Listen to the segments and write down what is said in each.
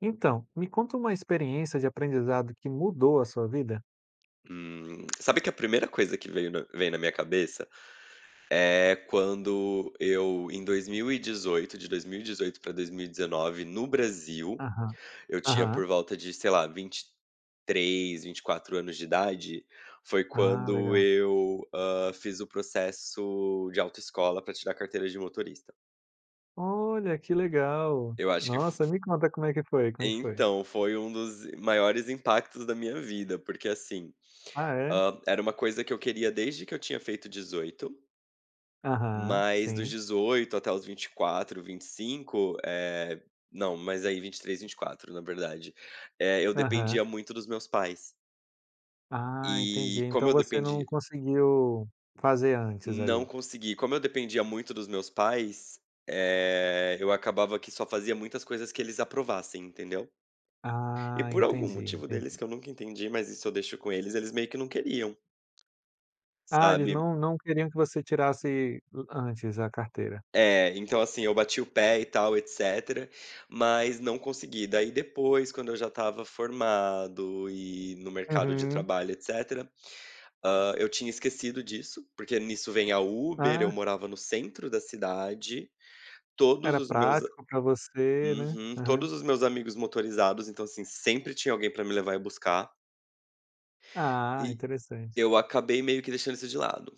Então, me conta uma experiência de aprendizado que mudou a sua vida. Sabe que a primeira coisa que veio na vem na minha cabeça é quando eu, em 2018, de 2018 para dois mil e 2019, no Brasil, Aham, eu tinha por aham. volta de, sei lá, vinte, vinte três, vinte e quatro anos de idade. Foi Ah, quando legal. eu, fiz o processo de autoescola para tirar carteira de motorista. Olha, que legal. Eu acho que f Nossa, me conta como é que foi, como é que foi? então, foi um dos maiores impactos da minha vida, porque assim, Ah, é? Era uma coisa que eu queria desde que eu tinha feito 18. Aham, Mas dos sim. 18 até os 24, 25, não, mas aí vinte e três, 24, na verdade, eu Aham. dependia muito dos meus pais. Ah, entendi. E como Então eu você não dependia, conseguiu fazer antes não ali. consegui. Como eu dependia muito dos meus pais, eu acabava que só fazia muitas coisas que eles aprovassem, entendeu. E Ah, por algum entendi, motivo deles entendi. que eu nunca entendi, mas isso eu deixo com eles, eles meio que não queriam, Ah, eles sabe. não queriam que você tirasse antes a carteira. É, então assim, eu bati o pé e tal, etcétera, mas não consegui. Daí depois, quando eu já estava formado e no mercado de Uhum. trabalho, etcétera, eu tinha esquecido disso, porque nisso vem a Uber, Ah, eu morava no centro da cidade, todos era os meus a prático para você, né? uhum, Aham. todos os meus amigos motorizados, então assim, sempre tinha alguém para me levar e buscar, Ah, e interessante. eu acabei meio que deixando isso de lado.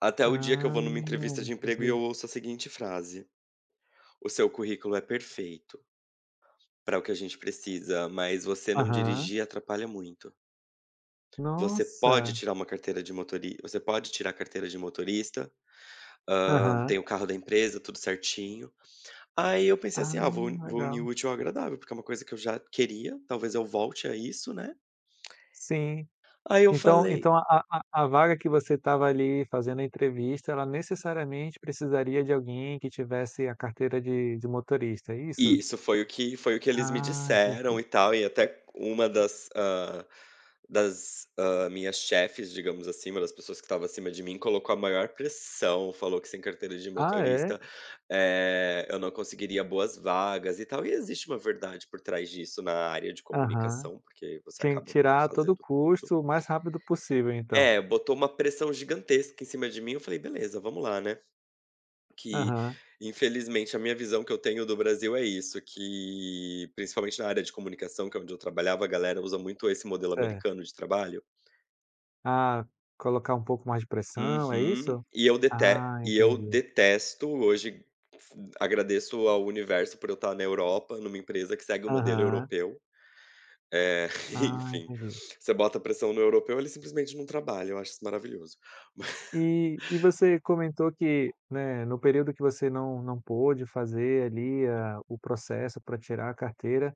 Até o dia que eu Ah, vou numa entrevista de emprego e entendi. eu ouço a seguinte frase: "O seu currículo é perfeito para o que a gente precisa, mas você não Aham. dirigir atrapalha muito. Você pode Nossa! tirar uma carteira de motori você pode tirar a carteira de motorista, Aham. tem o carro da empresa, tudo certinho." Aí eu pensei assim: Ah, "Ah, vou unir o legal. útil ao agradável, porque é uma coisa que eu já queria, talvez eu volte a isso, né." Sim. Aí eu Então falei então a a a vaga que você estava ali fazendo a entrevista, ela necessariamente precisaria de alguém que tivesse a carteira de motorista, é isso? E isso, foi o que eles me Ah, disseram entendi. e tal, e até uma das, minhas chefes, digamos assim, uma das pessoas que estava acima de mim, colocou a maior pressão, falou que sem carteira de Ah, é? motorista, eu não conseguiria boas vagas e tal. E existe uma verdade por trás disso na área de Aham. comunicação, porque você Tinha que acaba meio tirar que a todo fazendo tudo. custo, o mais rápido possível então. É, botou uma pressão gigantesca em cima de mim, eu falei: "Beleza, vamos lá, né." Que, Aham, infelizmente, a minha visão que eu tenho do Brasil é isso, que principalmente na área de comunicação, que é onde eu trabalhava, a galera usa muito esse modelo certo. americano de trabalho. Ah, colocar um pouco mais de pressão, é Uhum. isso? E eu dete Ah, e eu entendi. detesto hoje f agradeço ao universo por eu estar na Europa, numa empresa que segue o modelo Aham. europeu. Eh, Ah, enfim, entendi. você bota pressão no europeu, ele simplesmente não trabalha, eu acho isso maravilhoso. E você comentou que, né, no período que você não pôde fazer ali a o processo para tirar a carteira,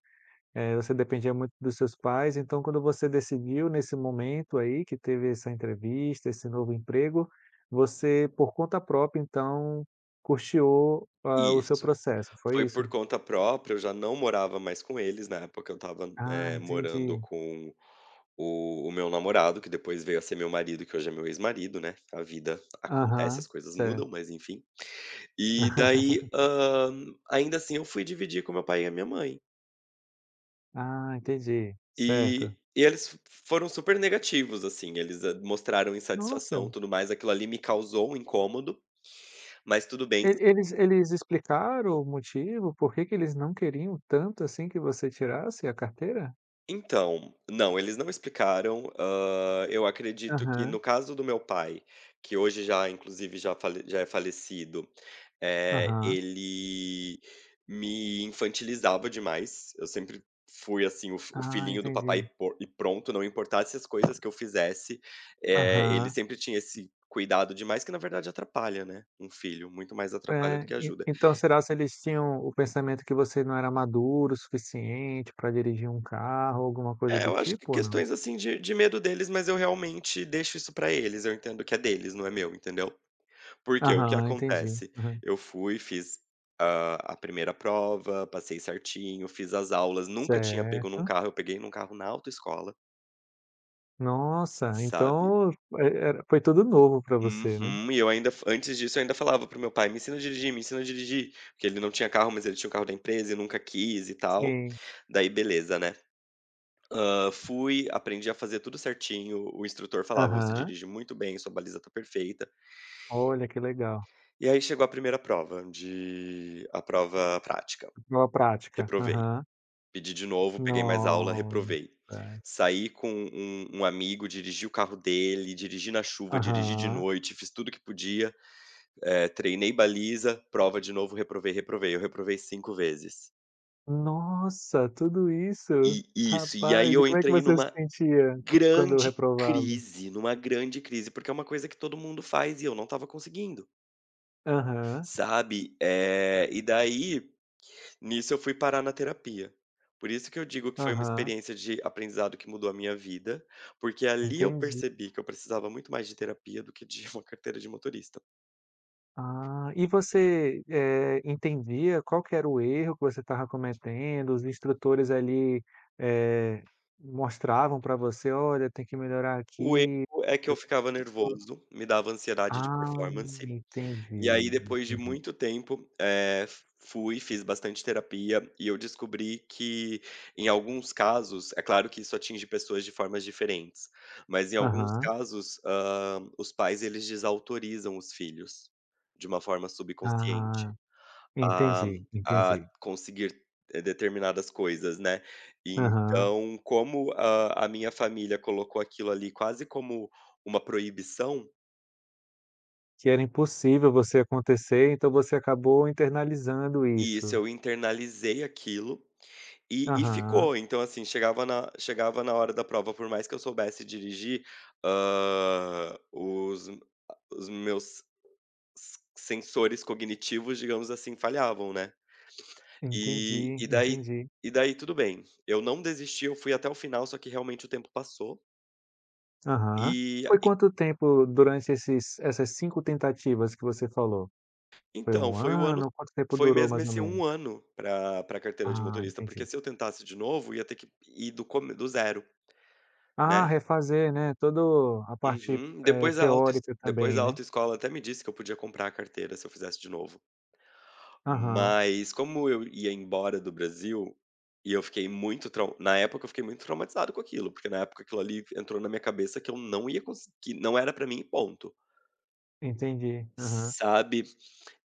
eh, você dependia muito dos seus pais, então quando você decidiu nesse momento aí que teve essa entrevista, esse novo emprego, você por conta própria então custeou, ah, o seu Isso. processo, foi Foi isso? por conta própria, eu já não morava mais com eles, na época eu estava, Ah, morando entendi. com o meu namorado, que depois veio a ser meu marido, que hoje é meu ex-marido, né, a vida acontece, Aham, as coisas certo. mudam, mas enfim. E daí, ainda assim eu fui dividir com meu pai e a minha mãe. Ah, entendi, certo. E eles f foram super negativos, assim, eles, mostraram Nossa! insatisfação, tudo mais, aquilo ali me causou um incômodo, mas tudo bem. E eles explicaram o motivo, por que que eles não queriam tanto, assim, que você tirasse a carteira? Então, não, eles não explicaram, eu acredito que Aham, no caso do meu pai, que hoje já inclusive já é falecido, aham. ele me infantilizava demais, eu sempre fui, assim, o Ah, filhinho do papai e entendi. po e pronto, não importasse as coisas que eu fizesse, ele Aham. sempre tinha esse cuidado demais que na verdade atrapalha, né, um filho, muito mais atrapalha do É, que e ajuda. então será se eles tinham o pensamento que você não era maduro o suficiente para dirigir um carro, alguma coisa É, do eu acho que tipo ou não? questões, assim, de medo deles, mas eu realmente deixo isso pra eles, eu entendo que é deles, não é meu, entendeu. Porque o que Aham, entendi. acontece, Aham. eu fui, fiz, a primeira prova, passei certinho, fiz as aulas, nunca tinha pego num Certo. carro, eu peguei num carro na autoescola, Nossa, sabe. então era foi tudo novo para você, né? Uhum. E eu ainda antes disso eu ainda falava pro meu pai: "Me ensina a dirigir, me ensina a dirigir", porque ele não tinha carro, mas ele tinha o carro da empresa e nunca quis e tal, Sim. daí beleza, né. Fui, aprendi a fazer tudo certinho, o instrutor falava: "Você Aham. dirige muito bem, sua baliza tá perfeita." Olha, que legal. E aí chegou a prova prática, Boa prática. reprovei. Aham. Pedi de novo, peguei mais aula, reprovei. Nossa. Saí com um amigo, dirigi o carro dele, dirigi na chuva, dirigi de Aham. noite, fiz tudo que podia, treinei baliza, prova de novo, reprovei, reprovei. Eu reprovei 5 vezes. Nossa, tudo isso? E isso, e aí Rapaz, e eu como é que entrei você se numa sentia quando grande reprovava? crise, numa grande crise, porque é uma coisa que todo mundo faz e eu não estava conseguindo, Aham, sabe. E daí, nisso eu fui parar na terapia. Por isso que eu digo que foi uma aham, experiência de aprendizado que mudou a minha vida, porque ali eu entendi. percebi que eu precisava muito mais de terapia do que de uma carteira de motorista. Ah, e você, entendia qual que era o erro que você estava cometendo? Os instrutores ali, eh, mostravam para você: "Olha, tem que melhorar O aqui, erro é que eu eu ficava isso". nervoso, me dava ansiedade de Ah, performance. E aí entendi, depois de entendi. muito tempo, fui, fiz bastante terapia e eu descobri que em alguns casos, é claro que isso atinge pessoas de formas diferentes, mas em alguns Aham. casos, os pais eles desautorizam os filhos, de uma forma subconsciente, Ah, a entendi, a entendi. conseguir, determinadas coisas, né. Aham. Então como a minha família colocou aquilo ali quase como uma proibição, Que era impossível você acontecer, então você acabou internalizando e isso. isso eu internalizei aquilo. E Aham. ficou, então assim, chegava na hora da prova, por mais que eu soubesse dirigir, hã, os os meus s sensores cognitivos, digamos assim, falhavam, né. E Entendi, e daí entendi. e daí tudo bem, eu não desisti, eu fui até o final, só que realmente o tempo passou, Aham. e Foi e quanto tempo durante esses essas 5 tentativas que você falou? Foi então, um foi o ano ano? Quanto tempo foi durou mesmo mais ou esse menos? um ano para pra carteira de Ah, motorista, porque entendi. se eu tentasse de novo, ia ter que ir do zero, Ah, né. refazer, né, todo a parte, Uhum. eh, Depois a autoes teórica depois também, a né? autoescola até me disse que eu podia comprar a carteira se eu fizesse de novo. Aham, Mas como eu ia embora do Brasil, e eu fiquei muito trau na época eu fiquei muito traumatizado com aquilo, porque na época aquilo ali entrou na minha cabeça que eu não ia conseguir, que não era pra mim, ponto, entendi. Aham, sabe.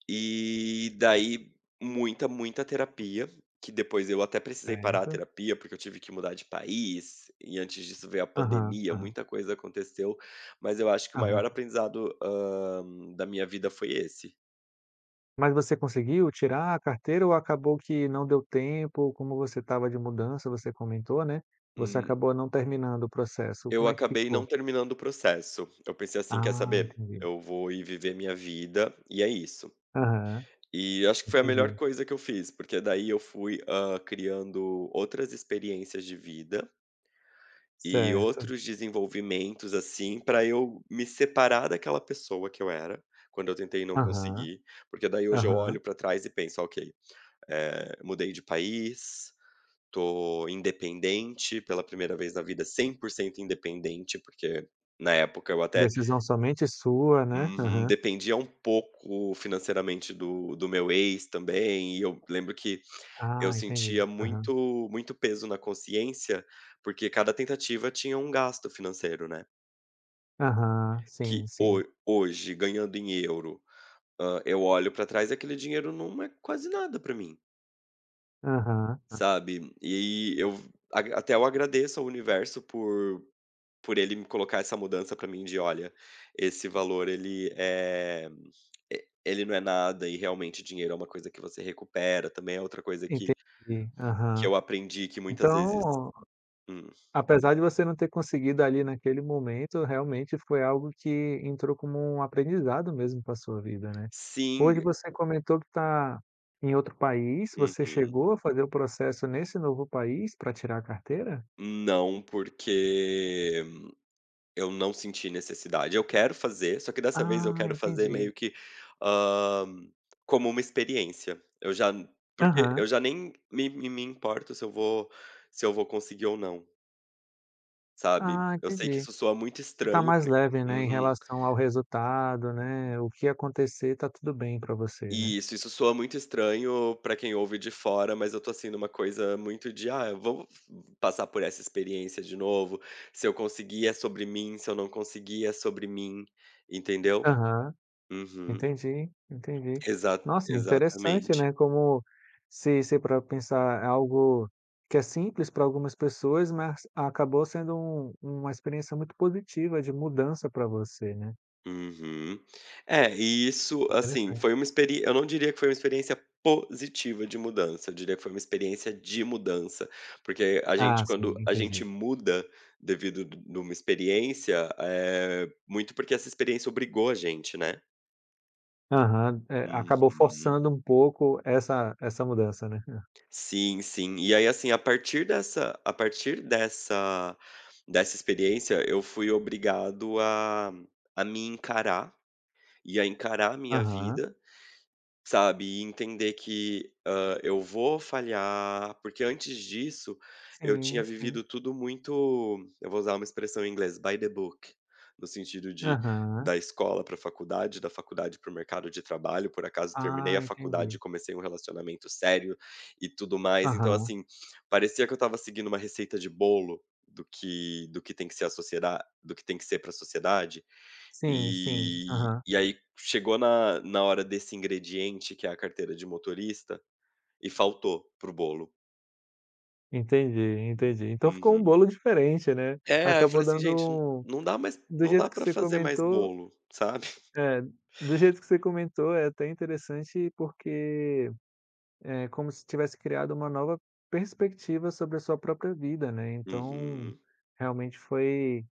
E daí muita, muita terapia, que depois eu até precisei parar a certo. terapia, porque eu tive que mudar de país, e antes disso veio a Aham, pandemia, aham, muita coisa aconteceu, mas eu acho que o maior aham. aprendizado, da minha vida foi esse. Mas você conseguiu tirar a carteira ou acabou que não deu tempo, como você estava de mudança, você comentou, né, você Hum, acabou não terminando o processo, eu como é que acabei ficou? não terminando o processo. Eu pensei assim: "Quer Ah, saber? entendi. Eu vou ir viver minha vida, e é isso." Aham, E acho que foi a melhor entendi. coisa que eu fiz, porque daí eu fui, criando outras experiências de vida e Certo. outros desenvolvimentos, assim, para eu me separar daquela pessoa que eu era, quando eu tentei e não Aham, consegui, porque daí hoje eu aham. olho para trás e penso: "Ok, mudei de país, tô independente pela primeira vez na vida, 100% independente", porque na época eu até, Decisão somente sua, né. uhum, Aham. dependia um pouco financeiramente do meu ex também, e eu lembro que eu Ah, entendi. sentia Aham. muito, muito peso na consciência, porque cada tentativa tinha um gasto financeiro, né. Aham, sim, Que sim. ho hoje, ganhando em euro, eu olho pra trás e aquele dinheiro não é quase nada pra mim, Aham, sabe. E eu ag até eu agradeço ao universo por ele me colocar essa mudança pra mim de: "Olha, esse valor ele não é nada, e realmente dinheiro é uma coisa que você recupera", também é outra coisa que entendi. que Aham. eu aprendi que muitas vezes Então, hum. apesar de você não ter conseguido ali naquele momento, realmente foi algo que entrou como um aprendizado mesmo para sua vida, né. Sim. Hoje você comentou que está em outro país, você Uhum. chegou a fazer o processo nesse novo país para tirar a carteira? Não, porque eu não senti necessidade. Eu quero fazer, só que dessa vez eu Ah, quero fazer entendi. meio que, hã, como uma experiência. Eu já porque eu Aham. já nem me importo se eu vou conseguir ou não, sabe. Ah, Eu sei que entendi. isso soa muito Você está estranho mais pra leve, né, em uhum. relação ao resultado, né, o que acontecer tá tudo bem para você, né? Isso soa muito estranho pra quem ouve de fora, mas eu tô, assim, numa coisa muito de: "Ah, eu vou passar por essa experiência de novo. Se eu conseguir, é sobre mim. Se eu não conseguir, é sobre mim", entendeu? Aham. Uhum. Entendi, entendi. Exa Nossa, interessante, exatamente. né, como se para pensar é algo que é simples para algumas pessoas, mas acabou sendo uma experiência muito positiva de mudança para você, né. Uhum. É, e isso, assim, Interessante. foi uma experiência eu não diria que foi uma experiência positiva de mudança, eu diria que foi uma experiência de mudança, porque a gente Ah, sim, quando a gente entendi. muda devido d numa experiência, é muito porque essa experiência obrigou a gente, né. Aham, é, acabou Uhum. forçando um pouco essa mudança, né. Sim, sim. E aí, assim, a partir dessa experiência, eu fui obrigado a me encarar e a encarar a minha Aham. vida, sabe? E entender que, eu vou falhar, porque antes disso eu Sim, tinha sim. vivido tudo muito, eu vou usar uma expressão em inglês, by the book, no sentido de Aham. da escola para a faculdade, da faculdade para o mercado de trabalho, por acaso terminei Ah, a faculdade entendi. e comecei um relacionamento sério e tudo mais. Então, Aham. assim, parecia que eu estava seguindo uma receita de bolo do que tem que ser a sociedade, do que tem que ser para a sociedade, Sim, sim. e Aham. e aí chegou na hora desse ingrediente, que é a carteira de motorista, e faltou pro bolo. Entendi, entendi. Então ficou um Uhum. bolo diferente, né. É, aí eu Acabou falei assim: "Gente, n dando um não dá mais do não dá jeito que para você fazer mais comentou. bolo", sabe. é, do jeito que você comentou, é até interessante porque é como se tivesse criado uma nova perspectiva sobre a sua própria vida, né. Então, Uhum. realmente foi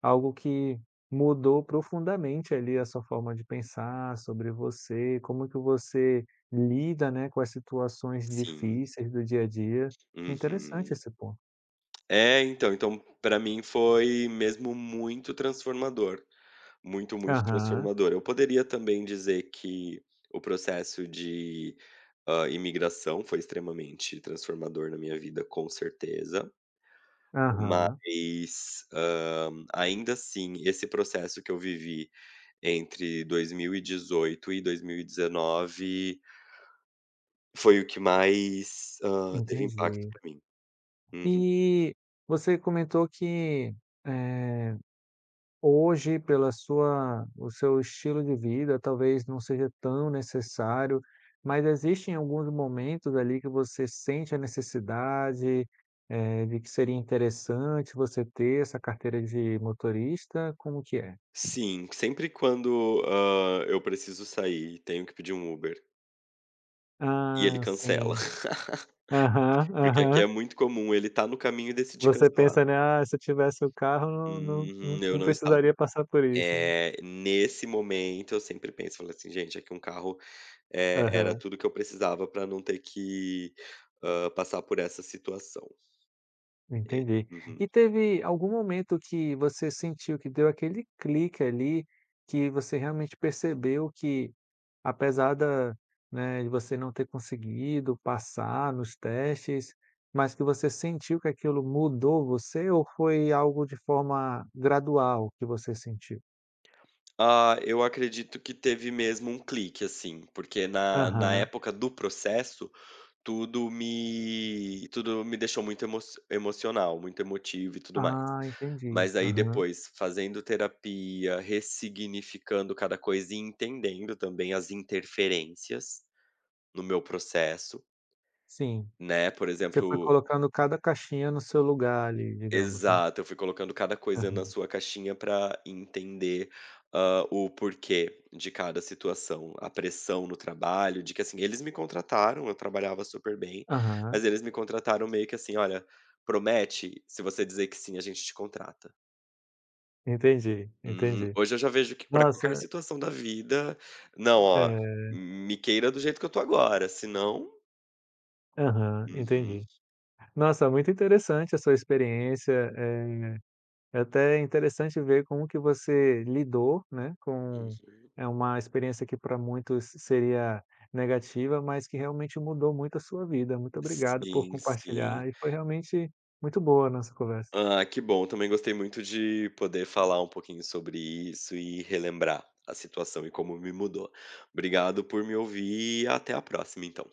algo que mudou profundamente ali a sua forma de pensar sobre você, como que você lida, né, com as situações Sim. difíceis do dia a dia. Interessante Uhum. esse ponto. É, então para mim foi mesmo muito transformador, muito, muito Aham. transformador. Eu poderia também dizer que o processo de, imigração foi extremamente transformador na minha vida, com certeza. Aham, Mas, ainda assim, esse processo que eu vivi entre 2018 e 2019 foi o que mais, teve impacto entendi. pra mim. Uhum. E você comentou que, eh, hoje, pela sua o seu estilo de vida, talvez não seja tão necessário, mas existem alguns momentos ali que você sente a necessidade, de que seria interessante você ter essa carteira de motorista? Como que é? Sim, sempre quando, eu preciso sair e tenho que pedir um Uber e ele Ah, cancela, sim. Aham, porque aqui aham. é muito comum ele tá no caminho e decidir Você cancelar. pensa, né: "Ah, se eu tivesse o carro não não Uhum, eu não não estava. precisaria passar por isso", né? Nesse momento eu sempre penso, falo assim: "Gente, era Aham. tudo que eu precisava para não ter que, passar por essa situação." Entendi. Uhum. E teve algum momento que você sentiu que deu aquele clique ali, que você realmente percebeu que apesar da, né, de você não ter conseguido passar nos testes, mas que você sentiu que aquilo mudou você ou foi algo de forma gradual que você sentiu? Ah, eu acredito que teve mesmo um clique, assim, porque na Aham. época do processo, tudo me deixou muito emocional, muito emotivo e tudo mais. Ah, entendi. Mas aí Aham. depois, fazendo terapia, ressignificando cada coisa e entendendo também as interferências no meu processo, Sim. né, por Você foi exemplo colocando cada caixinha no seu lugar ali, digamos, né? Exato, eu fui colocando cada coisa na Aham. sua caixinha para entender, o porquê de cada situação, a pressão no trabalho, de que, assim, eles me contrataram, eu trabalhava super bem, Aham. mas eles me contrataram meio que assim: "Olha, promete, se você dizer que sim, a gente te contrata". Entendi, entendi. Hoje eu já vejo que para qualquer Nossa. situação da vida, não, ó, É, me queira do jeito que eu tô agora, senão aham, uhum, entendi. Nossa, muito interessante a sua experiência, eh, é até interessante ver como que você lidou, né, com uhum. é uma experiência que para muitos seria negativa, mas que realmente mudou muito a sua vida. Muito obrigado por Sim, sim. compartilhar e foi realmente muito boa a nossa conversa. Ah, que bom. Também gostei muito de poder falar um pouquinho sobre isso e relembrar a situação e como me mudou. Obrigado por me ouvir e até a próxima, então.